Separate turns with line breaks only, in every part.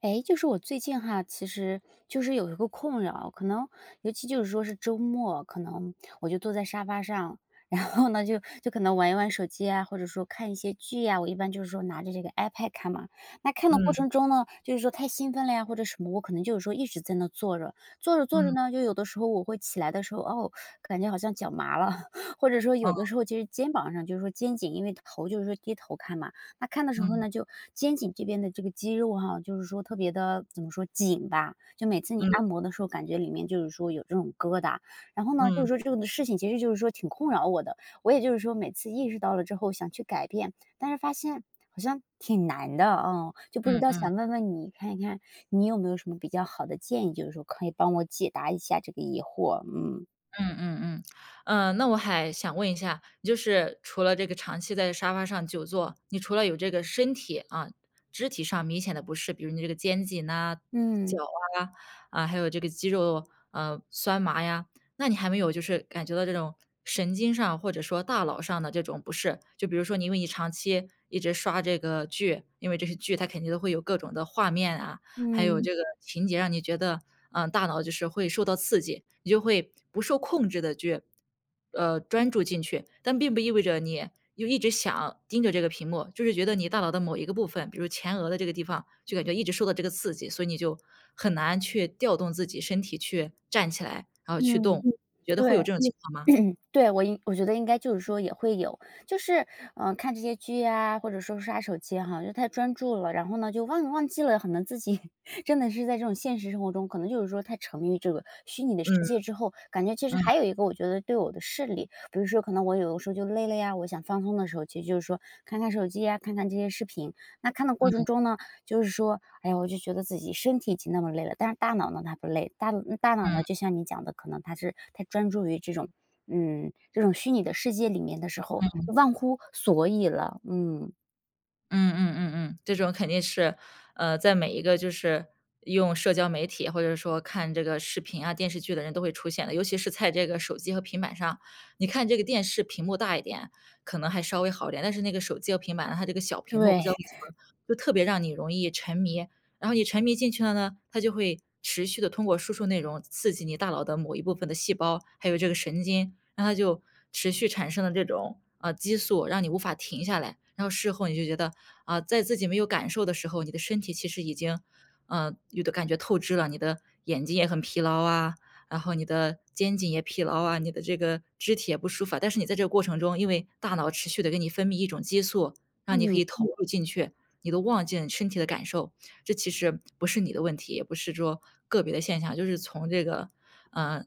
哎，就是我最近哈，其实就是有一个困扰，可能尤其就是说是周末，可能我就坐在沙发上。然后呢，就可能玩一玩手机啊，或者说看一些剧呀、我一般就是说拿着这个 iPad 看嘛。那看的过
嗯
程中呢，就是说太兴奋了呀，或者什么，我可能就是说一直在那坐着，坐着坐着
嗯，
呢，就有的时候我会起来的时候，哦，感觉好像脚麻了，或者说
哦，
有的时候其实肩膀上就是说肩颈，因为头就是说低头看嘛。那看的时候
嗯
呢，就肩颈这边的这个肌肉哈，就是说特别的怎么说，紧吧。就每次你按
嗯
摩的时候，感觉里面就是说有这种疙瘩。然后呢，
嗯
就是
嗯
说这个的事情其实就是说挺困扰我的，我也就是说每次意识到了之后想去改变，但是发现好像挺难的，嗯。就不知道
嗯
想问问你看一看，你有没有什么比较好的建议，就是说可以帮我解答一下这个疑惑？嗯。
嗯嗯嗯。那我还想问一下，就是除了这个长期在沙发上久坐，你除了有这个身体啊，肢体上明显的不适，比如你这个肩颈呐、脚
嗯，
啊，啊，还有这个肌肉酸麻呀，那你还没有就是感觉到这种神经上或者说大脑上的这种不适？就比如说你因为你长期一直刷这个剧，因为这些剧它肯定都会有各种的画面啊，还有
嗯，
这个情节让你觉得，大脑就是会受到刺激，你就会不受控制的去，专注进去。但并不意味着你又一直想盯着这个屏幕，就是觉得你大脑的某一个部分，比如前额的这个地方，就感觉一直受到这个刺激，所以你就很难去调动自己身体去站起来，然后去动，
嗯，
觉得会
对。
有这种情况吗？
嗯对，我觉得应该就是说也会有，就是，看这些剧啊，或者说刷手机哈，就太专注了。然后呢，就记了可能自己 真的是在这种现实生活中。可能就是说太沉迷于这个虚拟的世
嗯，
界之后，感觉其实
嗯
还有一个我觉得对我的视力，比如说可能我有的时候就累了呀，我想放松的时候，其实就是说看看手机呀，看看这些视频。那看的过程
嗯
中呢，就是说，哎呀，我就觉得自己身体已经那么累了，但是大脑呢，它不累，大脑呢，就
嗯。
像你讲的，可能它是太专注于这种，嗯，这种虚拟的世界里面的时候，就忘乎所以了。嗯，
嗯，这种肯定是，在每一个就是用社交媒体或者说看这个视频啊、电视剧的人都会出现的，尤其是在这个手机和平板上。你看这个电视屏幕大一点，可能还稍微好一点，但是那个手机和平板它这个小屏幕不
对，
知道为什么就特别让你容易沉迷，然后你沉迷进去了呢，它就会持续的通过输出内容刺激你大脑的某一部分的细胞，还有这个神经，让它就持续产生了这种，激素，让你无法停下来。然后事后你就觉得啊，在自己没有感受的时候，你的身体其实已经，有的感觉透支了，你的眼睛也很疲劳啊，然后你的肩颈也疲劳啊，你的这个肢体也不舒服啊，但是你在这个过程中，因为大脑持续的给你分泌一种激素，让你可
嗯，
以投入进去，你都忘记了你身体的感受。这其实不是你的问题，也不是说个别的现象，就是从这个，呃，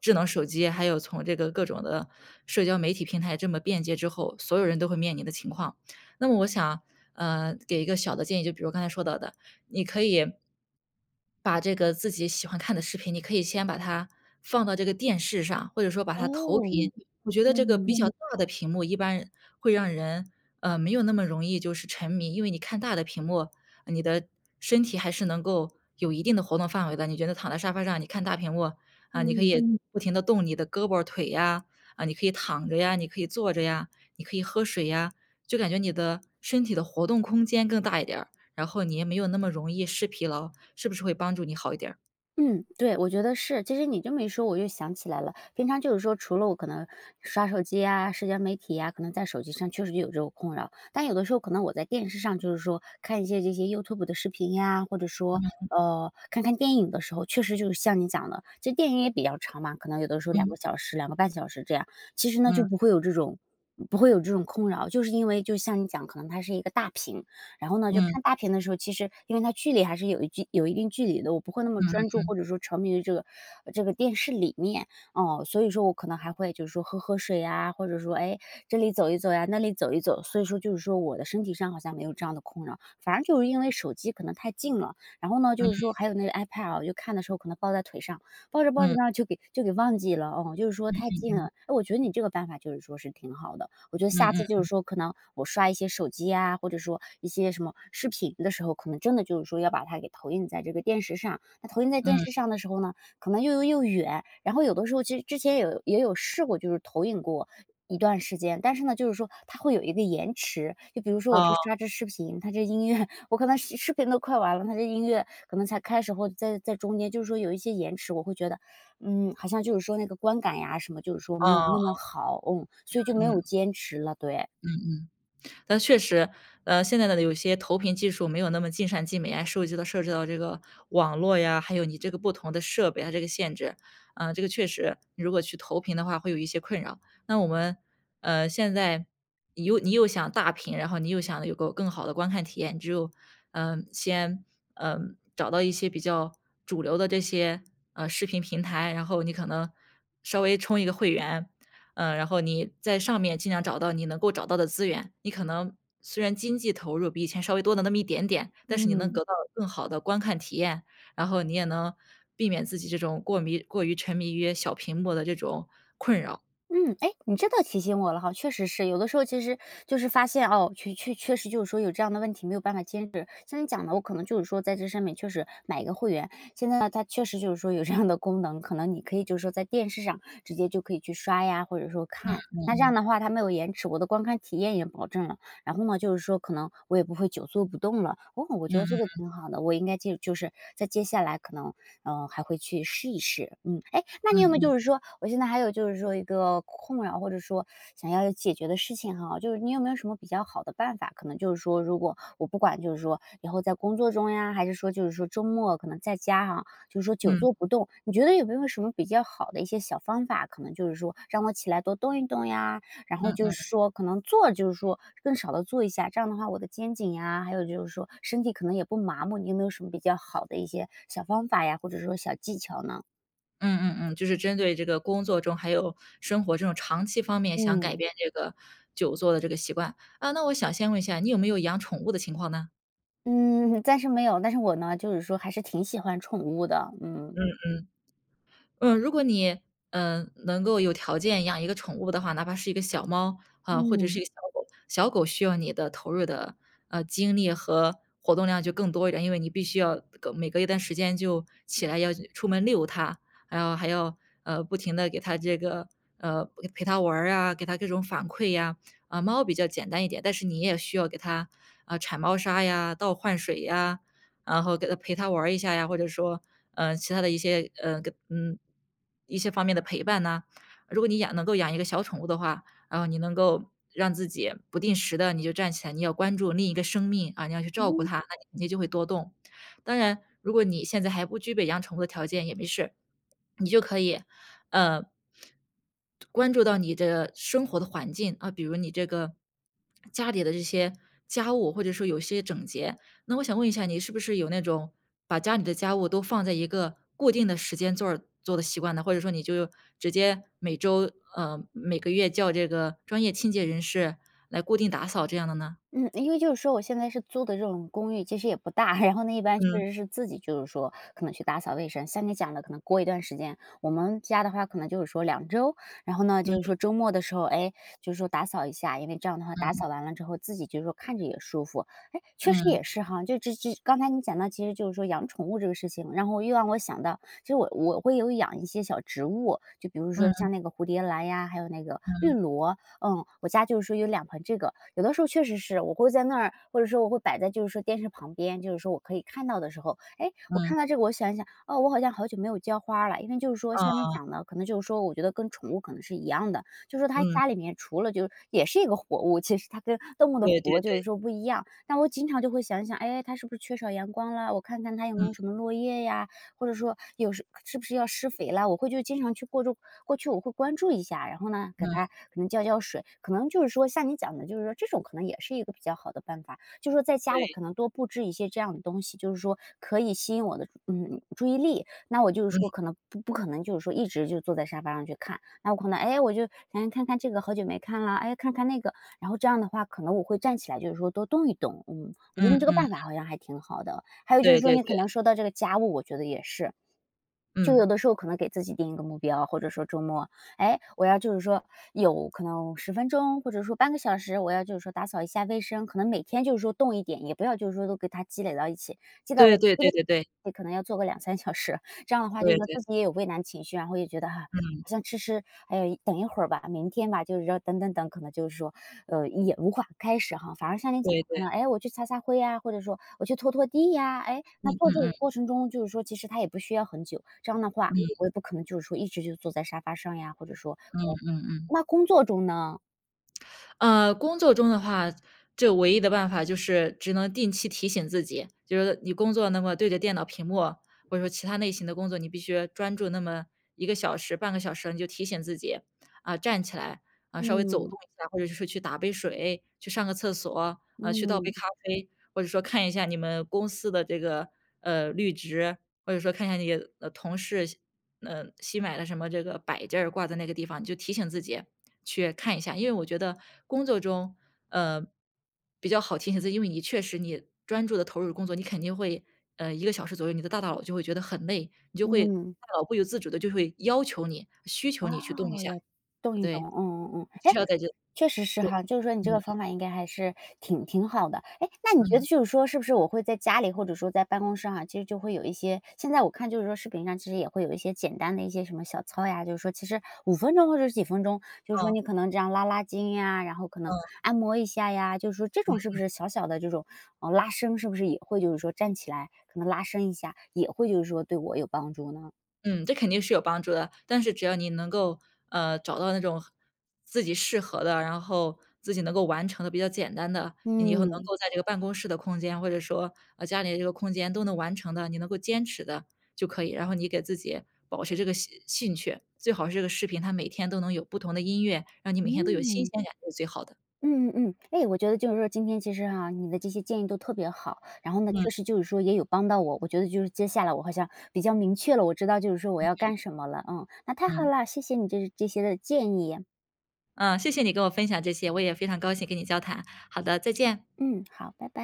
智能手机，还有从这个各种的社交媒体平台这么便捷之后，所有人都会面临的情况。那么我想，给一个小的建议，就比如刚才说到的，你可以把这个自己喜欢看的视频，你可以先把它放到这个电视上，或者说把它投
哦，
屏。嗯我觉得这个比
嗯
较大的屏幕一般会让人，没有那么容易就是沉迷，因为你看大的屏幕，你的身体还是能够有一定的活动范围的。你觉得躺在沙发上，你看大屏幕，啊，你可
嗯。
以不停的动你的胳膊儿腿呀，啊，你可以躺着呀，你可以坐着呀，你可以喝水呀。就感觉你的身体的活动空间更大一点儿，然后你也没有那么容易视疲劳，是不是会帮助你好一点儿？
嗯，对，我觉得是。其实你这么一说，我又想起来了。平常就是说，除了我可能刷手机啊、社交媒体呀、可能在手机上确实就有这种困扰。但有的时候，可能我在电视上就是说看一些这些 YouTube 的视频呀，或者说看看电影的时候，确实就是像你讲的，这电影也比较长嘛，可能有的时候两个
嗯
小时、2个半小时这样。其实呢，就
嗯
不会有这种困扰，就是因为就像你讲，可能它是一个大屏。然后呢，就
嗯
看大片的时候，其实因为它距离还是有一定距离的，我不会那么专注，
嗯
或者说沉迷于这个这个电视里面。哦，所以说我可能还会就是说喝喝水呀，或者说，哎，这里走一走呀，那里走一走。所以说就是说我的身体上好像没有这样的困扰，反正就是因为手机可能太近了，然后呢，就是说还有那个 iPad 啊，就看的时候可能抱在腿上，抱着抱着
嗯
呢就给忘记了，哦，就是说太近了。哎，我觉得你这个办法就是说是挺好的。我觉得
嗯
下
嗯
次就
嗯
是说，可能我刷一些手机啊，或者说一些什么视频的时候，可能真的就是说要把它给投影在这个电视上。那投影在电
嗯，
视上的时候呢，可能又远。然后有的时候其实之前也有试过，就是投影过一段时间，但是呢，就是说它会有一个延迟。就比如说我
哦，
这刷这视频，它这音乐 我可能视频都快完了，它这音乐可能才开始或者在中间，就是说有一些延迟，我会觉得嗯，好像就是说那个观感呀什么，就是说没有那么
哦，
好，嗯，所以就
嗯
没
嗯
有
嗯
坚持了，对。
嗯。但确实，现在的有些投屏技术没有那么尽善尽美啊，涉及到这个网络呀，还有你这个不同的设备啊，这个限制。啊，这个确实，如果去投屏的话会有一些困扰。那我们，现在你又想大屏，然后你又想有个更好的观看体验，你只有，先，找到一些比较主流的这些，视频平台，然后你可能稍微充一个会员，然后你在上面尽量找到你能够找到的资源，你可能虽然经济投入比以前稍微多了那么一点点，但是你能
嗯，
得到更好的观看体验，然后你也能避免自己这种过于沉迷于小屏幕的这种困扰。
嗯，哎，你这倒提醒我了哈。确实是，有的时候其实就是发现哦，确实就是说有这样的问题没有办法坚持。像你讲的，我可能就是说在这上面确实买一个会员，现在呢它确实就是说有这样的功能，可能你可以就是说在电视上直接就可以去刷呀，或者说看，那这样的话它没有延迟，我的观看体验也保证了。然后呢，就是说可能我也不会久坐不动了。哦，我觉
嗯
得这个
嗯
挺好的，我应该接就是在接下来可能，还会去试一试。嗯，哎，那
嗯
你有没有就是
嗯
说我现在还有就是说一个困扰，或者说想要解决的事情哈，就是你有没有什么比较好的办法？可能就是说如果我不管就是说以后在工作中呀，还是说就是说周末可能在家哈，就是说久
嗯
坐不动，你觉得有没有什么比较好的一些小方法，可能就是说让我起来多动一动呀，然
嗯
后就
嗯
是说可能做就是说更少的做一下，这样的话我的肩颈呀，还有就是说身体可能也不麻木。你有没有什么比较好的一些小方法呀，或者说小技巧呢？
嗯，就是针对这个工作中还有生活这种长期方面想改
嗯，
变这个久坐的这个习惯。啊，那我想先问一下，你有没有养宠物的情况呢？
嗯，暂时没有，但是我呢，就是说还是挺喜欢宠物的，嗯。
嗯。嗯，如果你，能够有条件养一个宠物的话，哪怕是一个小猫，啊，或者是
嗯
一个小狗，小狗需要你的投入的，精力和活动量就更多一点，因为你必须要每隔一段时间就起来要出门遛它，然后还要，不停的给它这个，呃，陪它玩儿啊，给它各种反馈呀。啊，猫比较简单一点，但是你也需要给它，啊，铲猫砂呀、倒换水呀，然后陪它玩儿一下呀，或者说，其他的一些跟一些方面的陪伴呐。如果你能够养一个小宠物的话，然后你能够让自己不定时的你就站起来，你要关注另一个生命，啊，你要去照顾
嗯。
它，那你肯定就会多动。当然，如果你现在还不具备养宠物的条件也没事，你就可以，呃，关注到你的生活的环境，啊，比如你这个家里的这些家务，或者说有些整洁，那我想问一下，你是不是有那种把家里的家务都放在一个固定的时间做做的习惯呢？或者说你就直接每周每个月叫这个专业清洁人士来固定打扫这样的呢？
嗯，因为就是说我现在是租的这种公寓，其实也不大，然后呢，一般确
嗯，
实是自己就是说可能去打扫卫生，像你讲的，可能过一段时间，我们家的话可能就是说2周。然后呢，就是
嗯
说周末的时候，哎，就是说打扫一下，因为这样的话打
嗯
扫完了之后，自己就是说看着也舒服。哎，确实
嗯
也是哈，就这刚才你讲到其实就是说养宠物这个事情，然后又让我想到，其实我会有养一些小植物，就比如说
嗯
像那个蝴蝶兰呀，还有那个绿
嗯
萝。嗯，我家就是说有两盆这个，有的时候确实是我会在那儿，或者说我会摆在就是说电视旁边，就是说我可以看到的时候，哎，我
嗯，
看到这个我想一想，哦，我好像好久没有浇花了。因为就是说
啊，
像你讲的，可能就是说我觉得跟宠物可能是一样的，就是说它
嗯，
家里面除了就是也是一个活物，其实它跟动物的
对对
活就是
对，
说不一样。但我经常就会想一想，哎，它是不是缺少阳光了，我看看它有没
嗯
有什么落叶呀，或者说有时是不是要施肥啦，我会就经常去过注过去我会关注一下。然后呢，
嗯，
给它可能浇浇水，可能就是说像你讲的，就是说这种可能也是一个比较好的办法，就是说在家里
对，
可能多布置一些这样的东西，就是说可以吸引我的嗯注意力。那我就是说
嗯
可能不可能就是说一直就坐在沙发上去看，那我可能哎我就哎看看这个好久没看了，哎看看那个，然后这样的话可能我会站起来，就是说多动一动，嗯，我觉得你
嗯
这个
嗯，
办法好像还挺好的。还有就
对
是说
对
你可
对，
能说到这个家务，我觉得也是，就
嗯，
有的时候可能给自己定一个目标，或者说周末，哎，我要就是说有可能10分钟或者说半个小时，我要就是说打扫一下卫生，可能每天就是说动一点，也不要就是说都给它积累到一起，积到
对对
积
对对对
累可能要做个2、3小时。这样的话，就是
对
说
对，
自己也有畏难情绪，然后也觉得哈，
嗯，
好像迟迟，哎呀，等一会儿吧，明天吧，就是说等等等，可能就是说，也无法开始哈。反而像你讲的，
对对，
可能哎，我去擦擦灰呀，或者说我去拖拖地呀，哎，
嗯
那做这
嗯
个
嗯
过程中，就是说其实它也不需要很久。这样的话，我也不可能就是说一直就坐在沙发上呀，或者说可
嗯
能
嗯。
那工作中呢，
工作中的话，这唯一的办法就是只能定期提醒自己，就是你工作那么对着电脑屏幕，或者说其他类型的工作，你必须专注那么一个小时、半个小时，你就提醒自己，啊，站起来，啊，稍微走
嗯
动一下，或者是去打杯水，去上个厕所，啊，去倒杯
嗯
咖啡，或者说看一下你们公司的这个，绿植，或者说看一下你的同事新买的什么这个摆件儿挂在那个地方，你就提醒自己去看一下。因为我觉得工作中，呃，比较好提醒自己，因为你确实你专注的投入工作，你肯定会，一个小时左右，你的大脑就会觉得很累，你就会大
嗯，
脑不由自主的就会要求你、需求你去动一
哦，
下，
要动一动，
对，
嗯嗯嗯，
你
哎，
需要在这
确实是哈，就是说你
嗯，
这个方法应该还是挺好的。哎，那你
嗯，
觉得
嗯，
就是说是不是我会在家里或者说在办公室哈，其实就会有一些现在我看就是说视频上其实也会有一些简单的一些什么小操呀，就是说其实5分钟或者是几分钟，就是说你可能这样拉拉筋呀，然后可能
嗯。
按摩一下呀，就是说这种是不是小小的这种，哦拉伸是不是也会就是说站起来可能拉伸一下，也会就是说对我有帮助呢？
嗯，这肯定是有帮助的，但是只要你能够，找到那种自己适合的，然后自己能够完成的比较简单的，你以后能
嗯，
够在这个办公室的空间，或者说，家里的这个空间都能完成的，你能够坚持的就可以。然后你给自己保持这个兴趣，最好是这个视频它每天都能有不同的音乐，让你每天都有新
嗯。
鲜感，这是最好的。
嗯嗯，哎，我觉得就是说今天其实哈，你的这些建议都特别好，然后呢，
嗯
确实就是说也有帮到我。我觉得就是接下来我好像比较明确了，我知道就是说我要干什么了。嗯，那太好
嗯，
了，谢谢你这些的建议。
嗯，谢谢你跟我分享这些，我也非常高兴跟你交谈。好的，再见。
嗯，好，拜拜。